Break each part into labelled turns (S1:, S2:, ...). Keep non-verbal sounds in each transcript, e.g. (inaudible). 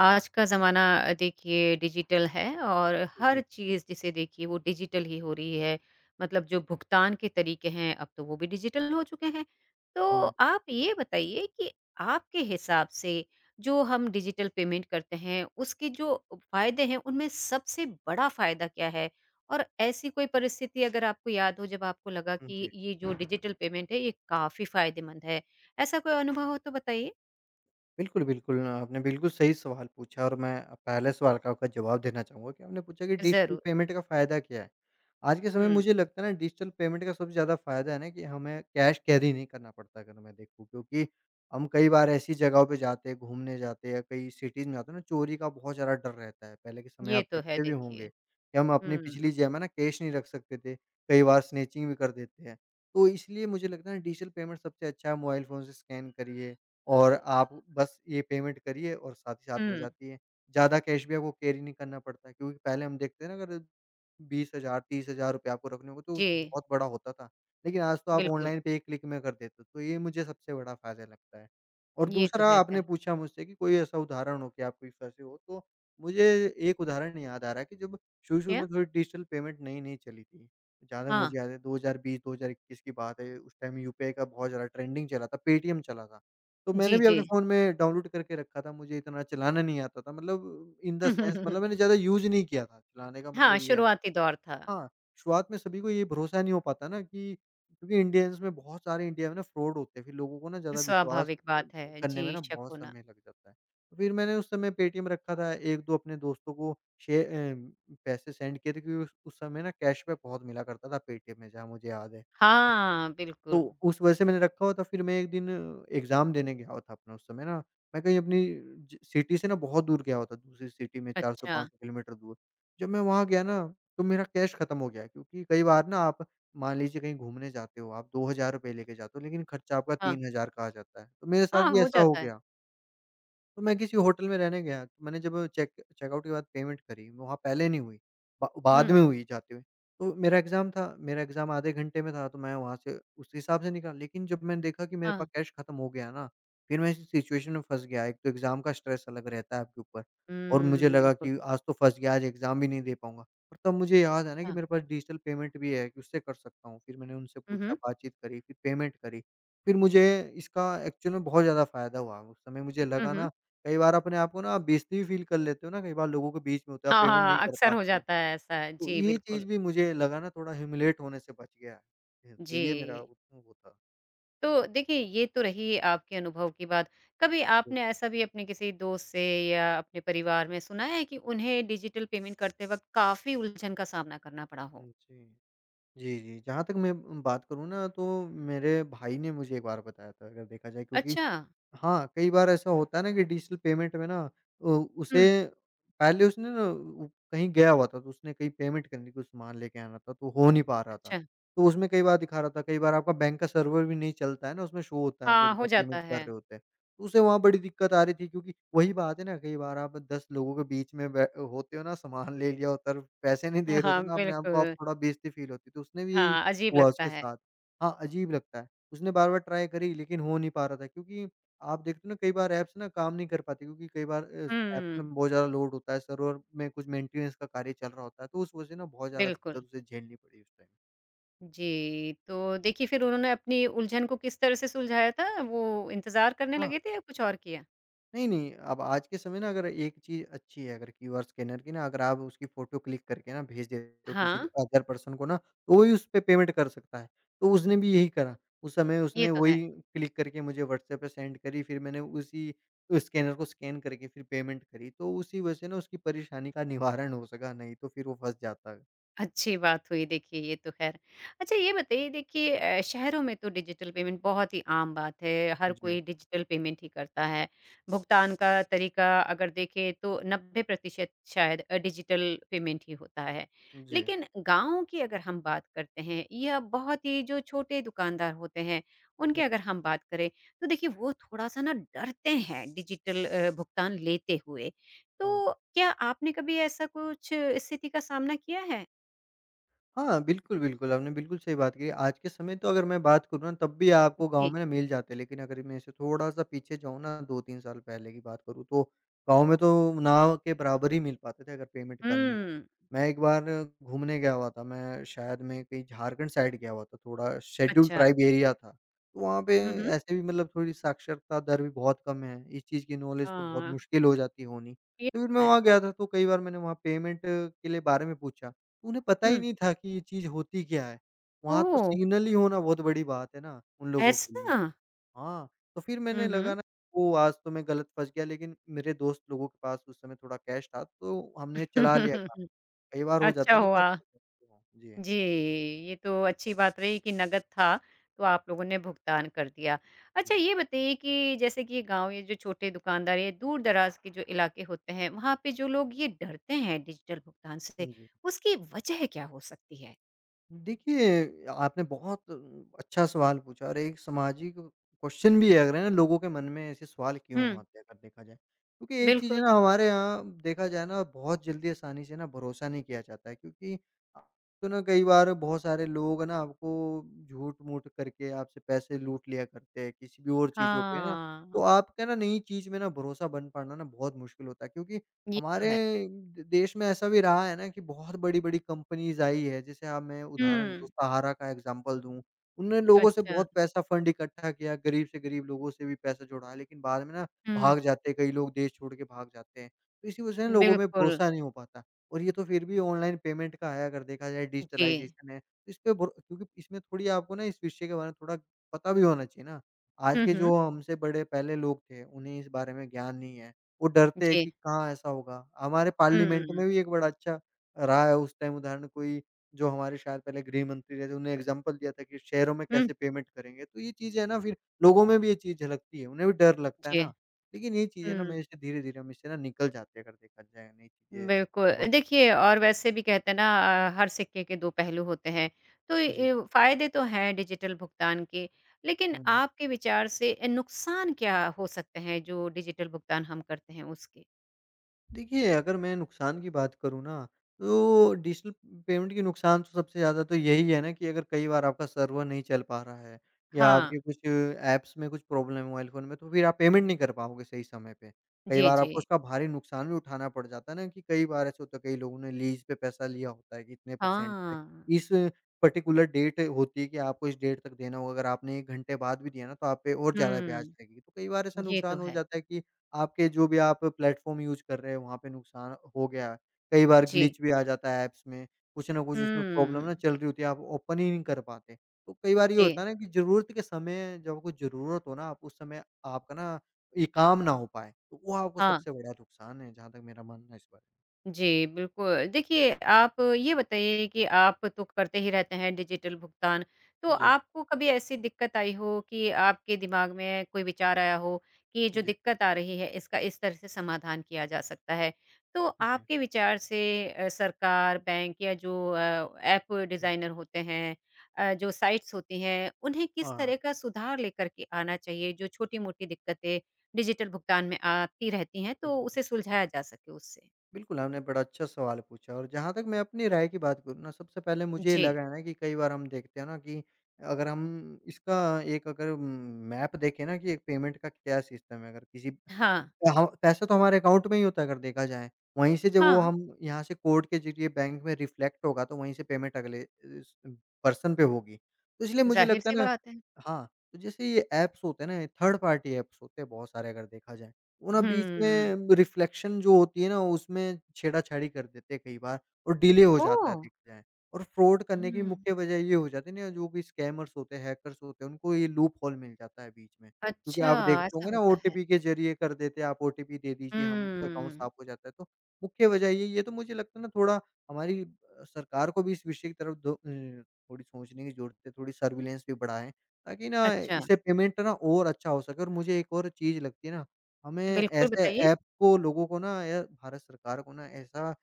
S1: आज का ज़माना देखिए डिजिटल है और हर
S2: जी।
S1: चीज़ जिसे देखिए वो डिजिटल ही हो रही है। मतलब जो भुगतान के तरीके हैं अब तो वो भी डिजिटल हो चुके हैं। तो
S2: हुँ।
S1: आप ये बताइए कि आपके हिसाब से जो हम डिजिटल पेमेंट करते हैं उसके जो फ़ायदे हैं उनमें सबसे बड़ा फ़ायदा क्या है? और ऐसी कोई परिस्थिति अगर आपको याद हो जब आपको लगा
S2: हुँ,
S1: कि
S2: जी।
S1: ये जो डिजिटल पेमेंट है ये काफ़ी फ़ायदेमंद है। ऐसा कोई अनुभव हो तो बताइए?
S2: बिल्कुल, बिल्कुल। आपने बिल्कुल सही सवाल पूछा और मैं पहले सवाल का आपका जवाब देना चाहूँगा कि आपने पूछा कि डिजिटल
S1: ज़रूर।
S2: पेमेंट का फ़ायदा क्या है? आज के समय में
S1: हुँ।
S2: मुझे लगता है ना डिजिटल पेमेंट का सबसे ज़्यादा फ़ायदा है ना कि हमें कैश कैरी नहीं करना पड़ता अगर मैं देखूँ क्योंकि हम कई बार ऐसी जगहों पे जाते हैं, घूमने जाते हैं या कई सिटीज़ में जाते हैं ना चोरी का बहुत ज़्यादा डर रहता है। पहले के समय
S1: ये
S2: आप
S1: तो है
S2: देखते भी
S1: देखिए।
S2: होंगे कि हम अपनी
S1: हुँ,
S2: पिछली जेब में ना कैश नहीं रख सकते थे, कई बार स्नैचिंग भी कर देते हैं। तो इसलिए मुझे लगता है डिजिटल पेमेंट सबसे अच्छा है मोबाइल फ़ोन से स्कैन करिए और आप बस ये पेमेंट करिए और साथ ही साथ हो
S1: हुँ।
S2: जाती है। ज़्यादा कैश भी आपको कैरी नहीं करना पड़ता है क्योंकि पहले हम देखते हैं ना अगर 20,000 ₹30,000 आपको रखने हों तो
S1: जी,
S2: बहुत बड़ा होता था। लेकिन आज तो आप
S1: बिल्कुल,
S2: ऑनलाइन पे एक क्लिक में कर देते हो, तो ये मुझे सबसे बड़ा फ़ायदा लगता है। और
S1: ये तो
S2: दूसरा
S1: है
S2: आपने
S1: ख़ैर।
S2: पूछा मुझसे कि कोई ऐसा उदाहरण हो कि आप कोई फँसे हो, तो मुझे एक उदाहरण याद आ रहा है कि जब शुरू-शुरू
S1: क्या?
S2: में थोड़ी डिजिटल पेमेंट नई-नई चली थी। जहाँ तक
S1: हाँ,
S2: मुझे याद है 2020-2021 की बात है, उस टाइम यूपीआई का बहुत ज़्यादा ट्रेंडिंग चला था, पेटीएम चला था। तो मैंने
S1: जी,
S2: भी
S1: जी।
S2: अपने फ़ोन में डाउनलोड करके रखा था, मुझे इतना चलाना नहीं आता था मतलब इन द सेंस मतलब
S1: (laughs)
S2: मैंने ज़्यादा यूज़ नहीं किया था, चलाने का
S1: हाँ,
S2: मतलब ये है।
S1: शुरुआती दौर था,
S2: हाँ, शुरुआत में सभी को ये भरोसा नहीं हो पाता ना कि क्योंकि इंडियंस में बहुत सारे इंडिया में ना फ्रॉड होते हैं, फिर लोगों को ना ज़्यादा विश्वास
S1: स्वाभाविक
S2: अ,
S1: बात है।
S2: करने में
S1: जी,
S2: ना
S1: शक
S2: बहुत
S1: होना।
S2: समय लग जाता है। तो फिर मैंने उस समय पेटीएम रखा था, 1-2 अपने दोस्तों को शे अ, पैसे सेंड किए थे क्योंकि उस समय ना कैशबैक बहुत मिला करता था पेटीएम में, जहाँ मुझे याद है।
S1: हाँ,
S2: तो
S1: बिल्कुल।
S2: उस वजह से मैंने रखा हुआ था, फिर मैं एक दिन एग्ज़ाम देने गया हुआ था अपना उस समय ना, मैं कहीं अपनी ज सिटी से ना बहुत दूर गया हुआ था, दूसरी सिटी में
S1: अच्छा,
S2: 400-500 किलोमीटर दूर। जब मैं वहाँ गया ना, तो मेरा कैश खत्म हो गया क्योंकि कई बार ना आप मान लीजिए कहीं घूमने जाते हो, आप ₹2000 लेके जाते हो, लेकिन खर्चा आपका
S1: हाँ।
S2: 3000 का आ जाता है, तो मेरे साथ
S1: हाँ,
S2: भी
S1: हो
S2: ऐसा हो
S1: जाता है।
S2: गया। तो मैं किसी होटल में रहने गया, तो मैंने जब चेकआउट के बाद पेमेंट करी, वहाँ पहले नहीं हुई, बा बाद
S1: हुँ,
S2: में हुई जाते हुए। तो मेरा एग्ज़ाम था, मेरा एग्ज़ाम आधे घंटे में था, तो मैं वहाँ से उस हिसाब से निकाला। लेकिन जब मैंने देखा कि मेरे पास
S1: हाँ।
S2: कैश खत्म हो गया ना, फिर मैं इस सिचुएशन में फँस गया। एक तो एग्ज़ाम का स्ट्रेस अलग रहता है आपके ऊपर और मुझे
S1: हुँ,
S2: लगा
S1: बिल्कुल।
S2: कि आज तो फँस गया, आज एग्ज़ाम भी नहीं दे पाऊँगा। और तब मुझे याद आया ना कि
S1: अच्छा।
S2: मेरे पास डिजिटल पेमेंट भी है कि उससे कर सकता हूँ। फिर मैंने उनसे
S1: हुँ,
S2: पूछा,
S1: हुँ।
S2: बातचीत करी, फिर पेमेंट करी। फिर मुझे इसका एक्चुअल में बहुत ज़्यादा फ़ायदा हुआ। उस समय मुझे
S1: हुँ,
S2: लगा ना
S1: हुँ।
S2: कई बार अपने आप को ना आप बेइज़्ती भी फ़ील कर लेते हो ना, कई बार लोगों के बीच में होते हो, आप
S1: हाँ,
S2: पेमेंट नहीं
S1: हाँ,
S2: कर
S1: अक्सर हो
S2: पाते हो।
S1: जाता है ऐसा।
S2: तो
S1: जी,
S2: ये
S1: बिल्कुल।
S2: चीज़ भी मुझे लगा ना थोड़ा ह्यूमिलिएट होने से बच गया है। तो ये मेरा
S1: जी।
S2: वो था।
S1: तो देखिए, ये तो रही आपके अनुभव की बात। कभी
S2: जी।
S1: आपने ऐसा भी अपने किसी दोस्त से या अपने परिवार में सुना है कि उन्हें डिजिटल पेमेंट करते वक़्त काफ़ी उलझन का सामना करना पड़ा हो?
S2: हुँ, जी। जी, जी। जहाँ तक मैं बात करूँ ना तो मेरे भाई ने मुझे एक बार बताया था अगर देखा जाए क्योंकि
S1: अच्छा।
S2: हाँ, कई बार ऐसा होता है ना कि डिजिटल पेमेंट में ना उ उसे
S1: हुँ,
S2: पहले उसने ना उ कहीं गया हुआ था, तो उसने कहीं पेमेंट करनी कुछ सामान लेके आना था, तो हो नहीं पा रहा था।
S1: अच्छा।
S2: तो उसमें कई बार दिखा रहा था, कई बार आपका बैंक का सर्वर भी नहीं चलता है ना, उसमें शो होता है आपको
S1: हाँ,
S2: जब
S1: हो
S2: आप पेमेंट
S1: जाता
S2: कर
S1: है।
S2: रहे होते हैं। तो उसे वहाँ बड़ी दिक्कत आ रही थी क्योंकि वही बात है ना, कई बार आप 10 लोगों के बीच में बै होते हो ना, सामान ले लिया होता है और पैसे नहीं दे रहे होते
S1: हाँ,
S2: ना अपने आप को, आप
S1: बिल्कुल।
S2: थोड़ा बेइज़्ज़ती फ़ील होती है, तो उसने भी यही
S1: हाँ, अजीब
S2: हुआ
S1: लगता
S2: उसके
S1: है।
S2: साथ। हाँ, अजीब लगता है। उसने बार-बार ट्राई करी लेकिन हो नहीं पा रहा था क्योंकि आप देखते हो ना कई बार ऐप्स ना काम नहीं कर पाती क्योंकि कई बार ऐप्स
S1: हुँ,
S2: में बहुत ज़्यादा लोड होता है सर्वर में कुछ मेंटेनेंस का कार्य चल रहा होता है तो उस वजह से ना बहुत ज़्यादा
S1: बिल्कुल।
S2: दिक्कत उसे झेलनी पड़ी उस टाइम।
S1: जी, तो देखिए फिर उन्होंने अपनी उलझन को किस तरह से सुलझाया था? वो इंतज़ार करने
S2: हाँ,
S1: लगे थे या कुछ और किया?
S2: नहीं, नहीं, अब आज के समय ना अगर एक चीज़ अच्छी है अगर क्यूआर स्कैनर की ना अगर आप उसकी फ़ोटो क्लिक करके ना भेज देते हो किसी
S1: हाँ,
S2: अदर पर्सन को ना, तो वही उस पे पेमेंट कर सकता है। तो उसने भी यही करा, उस समय
S1: ये
S2: उसने
S1: तो है।
S2: वही क्लिक करके मुझे व्हाट्सएप पे सेंड करी फिर मैंने उसी स्कैनर को स्कैन करके फिर पेमेंट करी। तो उसी वजह से ना उसकी परेशानी का निवारण हो सका, नहीं तो फिर वो फँस जाता। है।
S1: अच्छी बात हुई देखिए ये तो ख़ैर। अच्छा ये बताइए देखिए शहरों में तो डिजिटल पेमेंट बहुत ही आम बात है, हर
S2: जी,
S1: कोई डिजिटल पेमेंट ही करता है। भुगतान का तरीका अगर देखें तो 90% शायद डिजिटल पेमेंट ही होता है।
S2: जी।
S1: लेकिन गाँव की अगर हम बात करते हैं या बहुत ही जो छोटे दुकानदार होते हैं, उनकी
S2: हुँ,
S1: अगर हम बात करें तो देखिए वो थोड़ा-सा ना डरते हैं डिजिटल भुगतान लेते हुए।
S2: हाँ।
S1: तो क्या आपने कभी ऐसा कुछ स्थिति का सामना किया है?
S2: हाँ, बिल्कुल, बिल्कुल, आपने बिल्कुल सही बात कही। आज के समय तो अगर मैं बात करूँ ना तब भी आपको गाँव
S1: जी।
S2: में ना मिल जाते हैं, लेकिन अगर मैं इससे थोड़ा-सा पीछे जाऊँ ना 2-3 साल पहले की बात करूँ तो गाँव में तो ना के बराबर ही मिल पाते थे अगर पेमेंट करनी हो।
S1: हुँ।
S2: मैं एक बार घूमने गया हुआ था, मैं शायद मैं कहीं झारखंड साइड गया हुआ था, थोड़ा शेड्यूल
S1: अच्छा।
S2: ट्राइब एरिया था। तो वहाँ पे
S1: हुँ, हुँ।
S2: ऐसे भी मतलब थोड़ी साक्षरता दर भी बहुत कम है, इस चीज़ की नॉलेज तो बहुत
S1: हाँ,
S2: मुश्किल हो जाती है होनी।
S1: ये
S2: तो फिर
S1: तो
S2: मैं
S1: है।
S2: वहाँ गया था तो कई बार मैंने वहाँ पेमेंट के लिए बारे में पूछा। उन्हें पता ही
S1: हुँ।
S2: नहीं था कि ये चीज़ होती क्या है? वहाँ तो
S1: ओह!
S2: सिग्नल ही होना बहुत बड़ी बात है ना, उन लोगों के लिए।
S1: ऐसा?
S2: हाँ, तो फिर
S1: हुँ,
S2: मैंने लगा
S1: हुँ।
S2: ना ओह! आज तो मैं गलत फँस गया लेकिन मेरे दोस्त लोगों के पास उस समय थोड़ा कैश था, तो हमने चला लिया काम।
S1: (laughs)
S2: कई बार हो
S1: अच्छा
S2: जाता है ना कि आप
S1: हुआ।
S2: फंस जाते हो। जी,
S1: जी, ये तो अच्छी बात रही कि नकद था, तो आप लोगों ने भुगतान कर दिया।
S2: जी।
S1: अच्छा ये बताइए कि जैसे कि गाँव ये जो छोटे दुकानदार ये दूर-दराज़ के जो इलाके होते हैं, वहाँ पे जो लोग ये डरते हैं डिजिटल भुगतान से,
S2: हुँ, जी।
S1: उसकी वजह क्या हो सकती है?
S2: देखिए, आपने बहुत अच्छा सवाल पूछा और एक सामाजिक क्वेश्चन भी है अगर है ना लोगों के मन में ऐसे सवाल क्यों
S1: हुँ,
S2: आते हैं अगर देखा जाए। क्योंकि एक चीज़ है
S1: बिल्कुल।
S2: ना हमारे यहाँ देखा जाए ना बहुत जल्दी आसानी से ना भरोसा नहीं किया जाता है क्योंकि तो ना कई बार बहुत सारे लोग ना आपको झूठ-मूठ करके आपसे पैसे लूट लिया करते हैं किसी भी और चीज़ों पे है ना।
S1: हाँ,
S2: तो आपका ना नई चीज़ में ना भरोसा बन पाना ना बहुत मुश्किल होता है क्योंकि
S1: ये तो
S2: हमारे
S1: है।
S2: द देश में ऐसा भी रहा है ना कि बहुत बड़ी-बड़ी कंपनीज़ आई है, जैसे हाँ, मैं उदाहरण दूँ,
S1: हुँ,
S2: सहारा का एग्ज़ाम्पल दूँ। उनने लोगों से
S1: अच्छा।
S2: बहुत पैसा फंड इकट्ठा किया, गरीब से गरीब लोगों से भी पैसा जुटाया, लेकिन बाद में ना
S1: हुँ।
S2: भाग जाते हैं, कई लोग देश छोड़ के भाग जाते हैं। तो इसी वजह से ना लोगों में
S1: बिल्कुल,
S2: भरोसा नहीं हो पाता और ये तो फिर भी ऑनलाइन पेमेंट का है, अगर देखा जाए
S1: जी।
S2: डिजिटलाइज़ेशन है। तो इस पे भरो क्योंकि इसमें थोड़ी आपको ना इस विषय के बारे में थोड़ा पता भी होना चाहिए ना। आज
S1: हुँ,
S2: के
S1: हुँ।
S2: जो हमसे बड़े पहले लोग थे, उन्हें इस बारे में ज्ञान नहीं है। वो डरते हैं
S1: जी।
S2: कि कहाँ ऐसा होगा। हमारे
S1: हुँ, हुँ,
S2: पार्लियामेंट
S1: हुँ।
S2: में भी एक बड़ा अच्छा रहा है उस टाइम उदाहरण कोई जो हमारे शायद पहले गृह मंत्री रहे थे, उन्होंने एग्ज़ाम्पल दिया था कि शहरों में
S1: हुँ,
S2: कैसे पेमेंट करेंगे। तो ये चीज़ें है ना फिर लोगों में भी ये चीज़ झलकती है, उन्हें भी डर लगता है
S1: जी।
S2: ना। लेकिन ये चीज़ें ना
S1: हुँ,
S2: मेरे से धीरे-धीरे हम इससे ना निकल जाते हैं अगर देखा जाए, नई चीज़ें
S1: बिल्कुल।
S2: ब
S1: देखिए और वैसे भी कहते हैं ना हर सिक्के के 2 पहलू होते हैं। तो
S2: जी।
S1: ये फ़ायदे तो हैं डिजिटल भुगतान के, लेकिन
S2: हुँ, हुँ।
S1: आपके विचार से नुकसान क्या हो सकते हैं जो डिजिटल भुगतान हम करते हैं उसके?
S2: देखिए, अगर मैं नुकसान की बात करूँ ना, तो डिजिटल पेमेंट के नुकसान तो सबसे ज़्यादा तो यही है ना कि अगर कई बार आपका सर्वर नहीं चल पा रहा है या
S1: हाँ।
S2: आपके कुछ ऐप्स में कुछ प्रॉब्लम है मोबाइल फ़ोन में, तो फिर आप पेमेंट नहीं कर पाओगे सही समय पे। कई
S1: जी,
S2: बार
S1: जी।
S2: आपको उसका भारी नुकसान भी उठाना पड़ जाता है ना कि कई बार ऐसा होता है, कई लोगों ने लीज़ पे पैसा लिया होता है कि इतने परसेंट पे,
S1: हाँ।
S2: इस पर्टिकुलर डेट होती है कि आपको इस डेट तक देना होगा। अगर आपने 1 घंटे बाद भी दिया ना, तो आप पे और ज़्यादा ब्याज
S1: हुँ,
S2: लगेगी। तो कई बार ऐसा
S1: ये तो
S2: नुकसान हो
S1: है।
S2: जाता है कि आपके जो भी आप प्लेटफ़ॉर्म यूज़ कर रहे हो वहाँ पे नुकसान हो गया। है। कई बार
S1: जी।
S2: ग्लिच भी आ जाता है ऐप्स में, कुछ ना कुछ उसमें प्रॉब्लम
S1: हुँ।
S2: ना चल रही होती है, आप ओपन ही नहीं कर पाते। तो कई बार ये होता
S1: जी।
S2: है ना कि ज़रूरत के समय जब आपको ज़रूरत हो ना आप उस समय आपका ना ये काम ना हो पाए, तो वो आपको
S1: हाँ।
S2: सबसे बड़ा नुकसान है, जहाँ तक मेरा मानना है इस बारे
S1: जी, बिल्कुल। देखिए, आप ये बताइए कि आप तो करते ही रहते हैं डिजिटल भुगतान, तो
S2: में। जी,
S1: आपको कभी ऐसी दिक्कत आई हो कि आपके दिमाग में कोई विचार आया हो कि ये जो
S2: जी,
S1: दिक्कत आ रही है, इसका इस तरह से समाधान किया जा सकता है? तो
S2: जी।
S1: आपके विचार से सरकार, बैंक या जो ऐप
S2: हुँ,
S1: डिज़ाइनर होते हैं जो साइट्स होती हैं, उन्हें किस
S2: हाँ,
S1: तरह का सुधार लेकर के आना चाहिए, जो छोटी-मोटी दिक्कतें डिजिटल भुगतान में आती रहती हैं,
S2: हुँ।
S1: तो उसे सुलझाया जा सके उससे?
S2: बिल्कुल, आपने बड़ा अच्छा सवाल पूछा और जहाँ तक मैं अपनी राय की बात करूँ ना, सबसे पहले मुझे ये
S1: जी।
S2: लगा है ना कि कई बार हम देखते हैं ना कि अगर हम इसका एक अगर मैप देखें ना कि एक पेमेंट का क्या सिस्टम है, अगर किसी
S1: हाँ,
S2: ह पैसा तो हमारे अकाउंट में ही होता है अगर देखा जाए, वहीं से जब वो
S1: हाँ,
S2: हम यहाँ से कोड के ज़रिए बैंक में रिफ्लेक्ट होगा तो वहीं से पेमेंट अगले इस पर्सन पे होगी। तो इसलिए मुझे लगता
S1: ज़ाहिर-सी
S2: है ना
S1: बात है।
S2: हाँ, तो जैसे ये ऐप्स होते हैं ना, थर्ड पार्टी ऐप्स होते हैं बहुत सारे अगर देखा जाए। वो ना बीच
S1: हुँ।
S2: में रिफ्लेक्शन जो होती है ना, उसमें छेड़ा-छाड़ी कर देते हैं कई बार और डिले हो जाता है
S1: ओह!
S2: देखते हैं। और फ्रॉड करने की
S1: हुँ,
S2: मुख्य वजह ये हो जाती है ना, जो भी स्कैमर्स होते हैं, हैकर्स होते हैं, उनको ये लूप होल मिल जाता है बीच में। क्योंकि
S1: अच्छा
S2: आप देखते
S1: ऐसा
S2: होंगे ना
S1: होता है।
S2: ओटीपी के ज़रिए कर देते हैं, आप ओटीपी दे दीजिए, हम अकाउंट
S1: हुँ,
S2: साफ हो जाता है। तो मुख्य वजह ये तो मुझे लगता है ना थोड़ा हमारी सरकार को भी इस विषय की तरफ थोड़ी सोचने की ज़रूरत है, थोड़ी सर्विलेंस भी बढ़ाएँ, ताकि ना
S1: अच्छा,
S2: इससे पेमेंट ना और अच्छा हो सके। और मुझे एक और चीज़ लगती है ना हमें
S1: बिल्कुल
S2: ऐसे
S1: बताइए।
S2: ऐप को लोगों को ना या भारत सरकार को ना ऐसा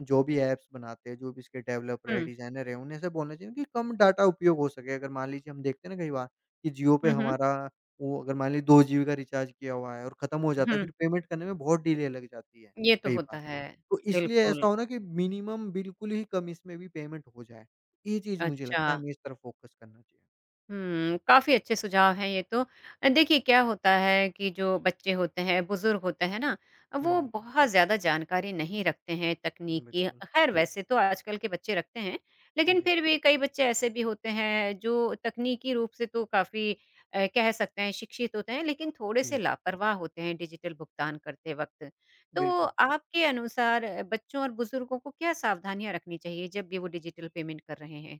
S2: जो भी ऐप्स बनाते हैं, जो भी इसके डेवलपर है,
S1: हुँ,
S2: डिज़ाइनर है, उन्हें ऐसा बोलना चाहिए कि कम डाटा उपयोग हो सके। अगर मान लीजिए हम देखते हैं ना कई बार कि जियो पे
S1: हुँ, हुँ,
S2: हमारा वो अगर मान लीजिए 2 जीबी का रिचार्ज किया हुआ है और खत्म हो जाता है,
S1: हुँ,
S2: फिर पेमेंट करने में बहुत डिले लग जाती है
S1: ये तो
S2: कई बार।
S1: होता है,
S2: तो इसलिए ऐसा
S1: बिल्कुल,
S2: हो ना कि मिनिमम बिल्कुल ही कम इसमें भी पेमेंट हो जाए। ये चीज़ मुझे
S1: अच्छा।
S2: लगता है हमें इस तरफ फोकस करना चाहिए।
S1: हुँ, काफ़ी अच्छे सुझाव हैं ये तो। देखिए क्या होता है कि जो बच्चे होते हैं, बुज़ुर्ग होते हैं ना, वो
S2: हुँ,
S1: बहुत ज़्यादा जानकारी नहीं रखते हैं तकनीक की।
S2: बिल्कुल।
S1: ख़ैर वैसे तो आजकल के बच्चे रखते हैं, लेकिन
S2: जी।
S1: फिर भी कई बच्चे ऐसे भी होते हैं जो तकनीकी रूप से तो काफ़ी कह सकते हैं शिक्षित होते हैं, लेकिन
S2: जी।
S1: थोड़े-से लापरवाह होते हैं डिजिटल भुगतान करते वक़्त। तो
S2: बिल्कुल।
S1: आपके अनुसार बच्चों और बुज़ुर्गों को क्या सावधानियाँ रखनी चाहिए जब भी वो डिजिटल पेमेंट कर रहे हैं?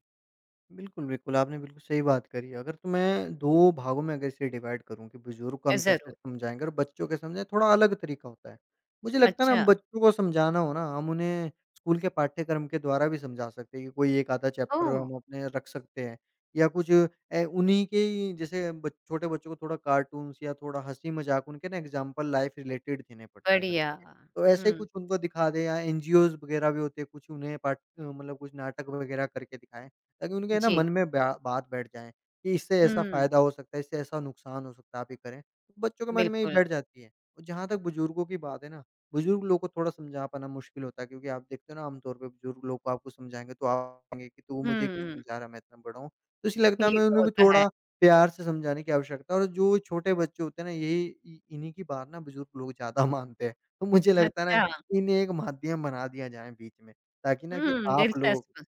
S2: बिल्कुल, बिल्कुल, आपने बिल्कुल सही बात करी है। अगर तो मैं 2 भागों में अगर इसे डिवाइड करूँ कि बुज़ुर्ग को हम कैसे
S1: ज़रूर।
S2: समझाएँगे और बच्चों को समझाएँ, थोड़ा अलग तरीका होता है। मुझे लगता है ना हम
S1: अच्छा।
S2: बच्चों को समझाना हो ना, हम उन्हें स्कूल के पाठ्यक्रम के द्वारा भी समझा सकते हैं कि कोई 1 आधा चैप्टर
S1: ओह!
S2: हम अपने रख सकते हैं या कुछ उन्हीं के ही जैसे बच छोटे बच्चों को थोड़ा कार्टून्स या थोड़ा हँसी-मज़ाक उनके ना एग्ज़ाम्पल लाइफ़ रिलेटेड देने पड़ते हैं अगर
S1: बढ़िया।
S2: देखें, तो ऐसे
S1: हुँ,
S2: कुछ उनको दिखा दें या एनजीओज़ वगैरह भी होते हैं, कुछ उन्हें पाठ मतलब कुछ नाटक वगैरह करके दिखाएँ। ताकि उनके ना
S1: जी।
S2: मन में बा बात बैठ जाए कि इससे ऐसा
S1: हुँ,
S2: फ़ायदा हो सकता है, इससे ऐसा नुकसान हो सकता है, आप ये करें। तो बच्चों के मन में ही
S1: बिल्कुल।
S2: बैठ जाती है और जहाँ तक बुजुर्गों की बात है ना, बुजुर्ग लोग को थोड़ा समझा पाना मुश्किल होता है क्योंकि आप देखते हो ना आमतौर पे बुजुर्ग लोग को आपको समझाएँगे तो आप कहेंगे कि तू मुझे क्यों
S1: हुँ,
S2: समझा रहा है, मैं इतना बड़ा हूँ। तो इसलिए लगता है
S1: ये
S2: हमें
S1: तो
S2: उन्हें भी
S1: होता है।
S2: थोड़ा प्यार से समझाने की आवश्यकता है और जो छोटे बच्चे होते हैं ना यही इ इन्हीं की बात ना बुजुर्ग लोग ज़्यादा (laughs) मानते हैं। तो मुझे लगता है ना
S1: अच्छा।
S2: इन्हें एक माध्यम बना दिया जाए बीच में ताकि ना कि
S1: हुँ,
S2: आप लोग
S1: दिलचस्प।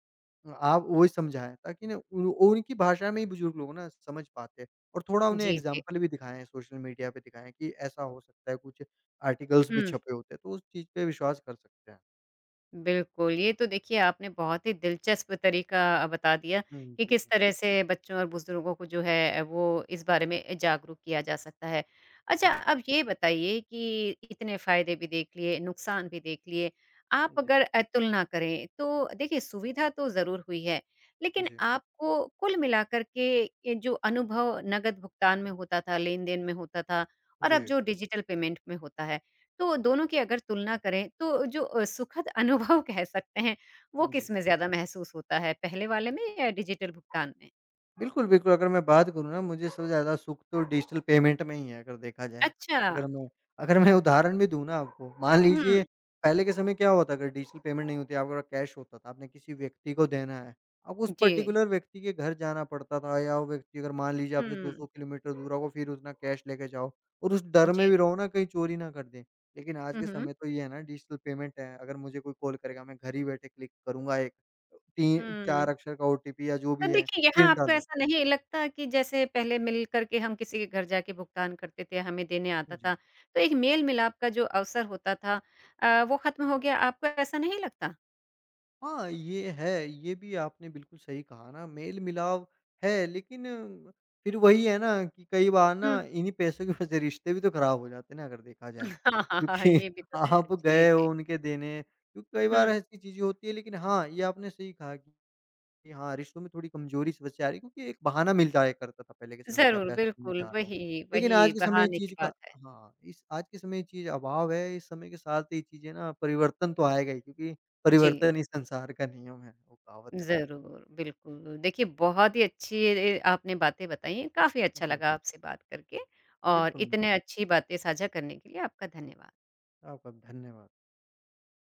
S2: आप वही समझाएँ ताकि ना उन उनकी भाषा में ही बुजुर्ग लोग ना समझ पाते हैं और थोड़ा उन्हें
S1: जी, जी।
S2: एग्ज़ाम्पल भी दिखाएँ, सोशल मीडिया पे दिखाएँ कि ऐसा हो सकता है, कुछ आर्टिकल्स भी
S1: हुँ।
S2: छपे होते हैं, तो उस चीज़ पे विश्वास कर सकते हैं।
S1: बिल्कुल, ये तो देखिए आपने बहुत ही दिलचस्प तरीका बता दिया
S2: हुँ,
S1: कि
S2: जी।
S1: किस तरह से बच्चों और बुज़ुर्गों को जो है वो इस बारे में जागरूक किया जा सकता है। अच्छा
S2: जी।
S1: अब ये बताइए कि इतने फ़ायदे भी देख लिए, नुकसान भी देख लिए, आप
S2: जी।
S1: अगर तुलना करें तो देखिए सुविधा तो ज़रूर हुई है, लेकिन
S2: जी।
S1: आपको कुल मिलाकर के ये जो अनुभव नकद भुगतान में होता था, लेन-देन में होता था और अब
S2: जी।
S1: जो डिजिटल पेमेंट में होता है तो दोनों की अगर तुलना करें तो जो सुखद अनुभव कह सकते हैं, वो
S2: जी।
S1: किसमें ज़्यादा महसूस होता है, पहले वाले में या डिजिटल भुगतान में?
S2: बिल्कुल, बिल्कुल, अगर मैं बात करूँ ना मुझे सबसे ज़्यादा सुख तो डिजिटल पेमेंट में ही है अगर देखा जाए।
S1: अच्छा।
S2: अगर मैं अगर मैं उदाहरण भी दूँ ना आपको, मान
S1: हुँ,
S2: लीजिए पहले के समय क्या होता अगर डिजिटल पेमेंट नहीं होती आपके पास कैश होता था, आपने किसी व्यक्ति को देना है, आपको उस
S1: जी।
S2: पर्टिकुलर व्यक्ति के घर जाना पड़ता था या वो व्यक्ति अगर मान लीजिए आपसे 200
S1: हुँ,
S2: किलोमीटर दूर होगा फिर उतना कैश लेके जाओ और उस डर में
S1: जी।
S2: भी रहो ना कहीं चोरी ना कर दें। लेकिन आज
S1: हुँ,
S2: के
S1: हुँ।
S2: समय तो ये है ना डिजिटल पेमेंट है, अगर मुझे कोई कॉल करेगा मैं घर ही बैठे क्लिक करूँगा एक 3
S1: हुँ।
S2: 4 अक्षर का ओटीपी या जो
S1: तो
S2: भी है,
S1: देखिए यहाँ
S2: पिन
S1: आपको
S2: डालूँ।
S1: ऐसा नहीं लगता कि जैसे पहले मिल कर के हम किसी के घर जाके भुगतान करते थे, हमें देने आता
S2: जी।
S1: था, तो एक मेल-मिलाप का जो अवसर होता था वो ख़त्म हो गया, आपको ऐसा नहीं लगता?
S2: हाँ, ये है, ये भी आपने बिल्कुल सही कहा ना, मेल-मिलाप है लेकिन फिर वही है ना कि कई बार ना
S1: हुँ।
S2: इन्हीं पैसों की वजह से रिश्ते भी तो खराब हो जाते हैं ना अगर देखा जाए।
S1: (laughs) हाँ, हाँ, हाँ, हाँ,
S2: क्योंकि
S1: ये भी
S2: (laughs)
S1: तो है।
S2: आप
S1: जी,
S2: गए हो
S1: जी।
S2: उनके देने क्योंकि कई बार
S1: हुँ।
S2: ऐसी चीज़ें होती है लेकिन हाँ, ये आपने सही कहा कि हाँ, रिश्तों में थोड़ी कमज़ोरी इस वजह से आ रही है क्योंकि एक बहाना मिल जाया करता था पहले के समय कि आप
S1: ज़रूर,
S2: पैसे देने
S1: बिल्कुल,
S2: जा रहा हूँ।
S1: वही,
S2: लेकिन आज
S1: वही
S2: के समय ये
S1: बहाने की
S2: चीज़ का
S1: बात है।
S2: हाँ, इस आज के समय ये चीज़ अभाव है, इस समय के साथ ये चीज़ें ना परिवर्तन तो आएगा ही क्योंकि
S1: जी,
S2: परिवर्तन ही संसार का नियम है, वो कहावत है ना।
S1: ज़रूर, बिल्कुल। देखिए, बहुत ही अच्छी ए, आपने बातें बताई हैं, काफ़ी अच्छा
S2: जी,
S1: लगा आपसे बात करके और
S2: बिल्कुल,
S1: इतने अच्छी बातें साझा करने के लिए आपका धन्यवाद।
S2: आपका धन्यवाद।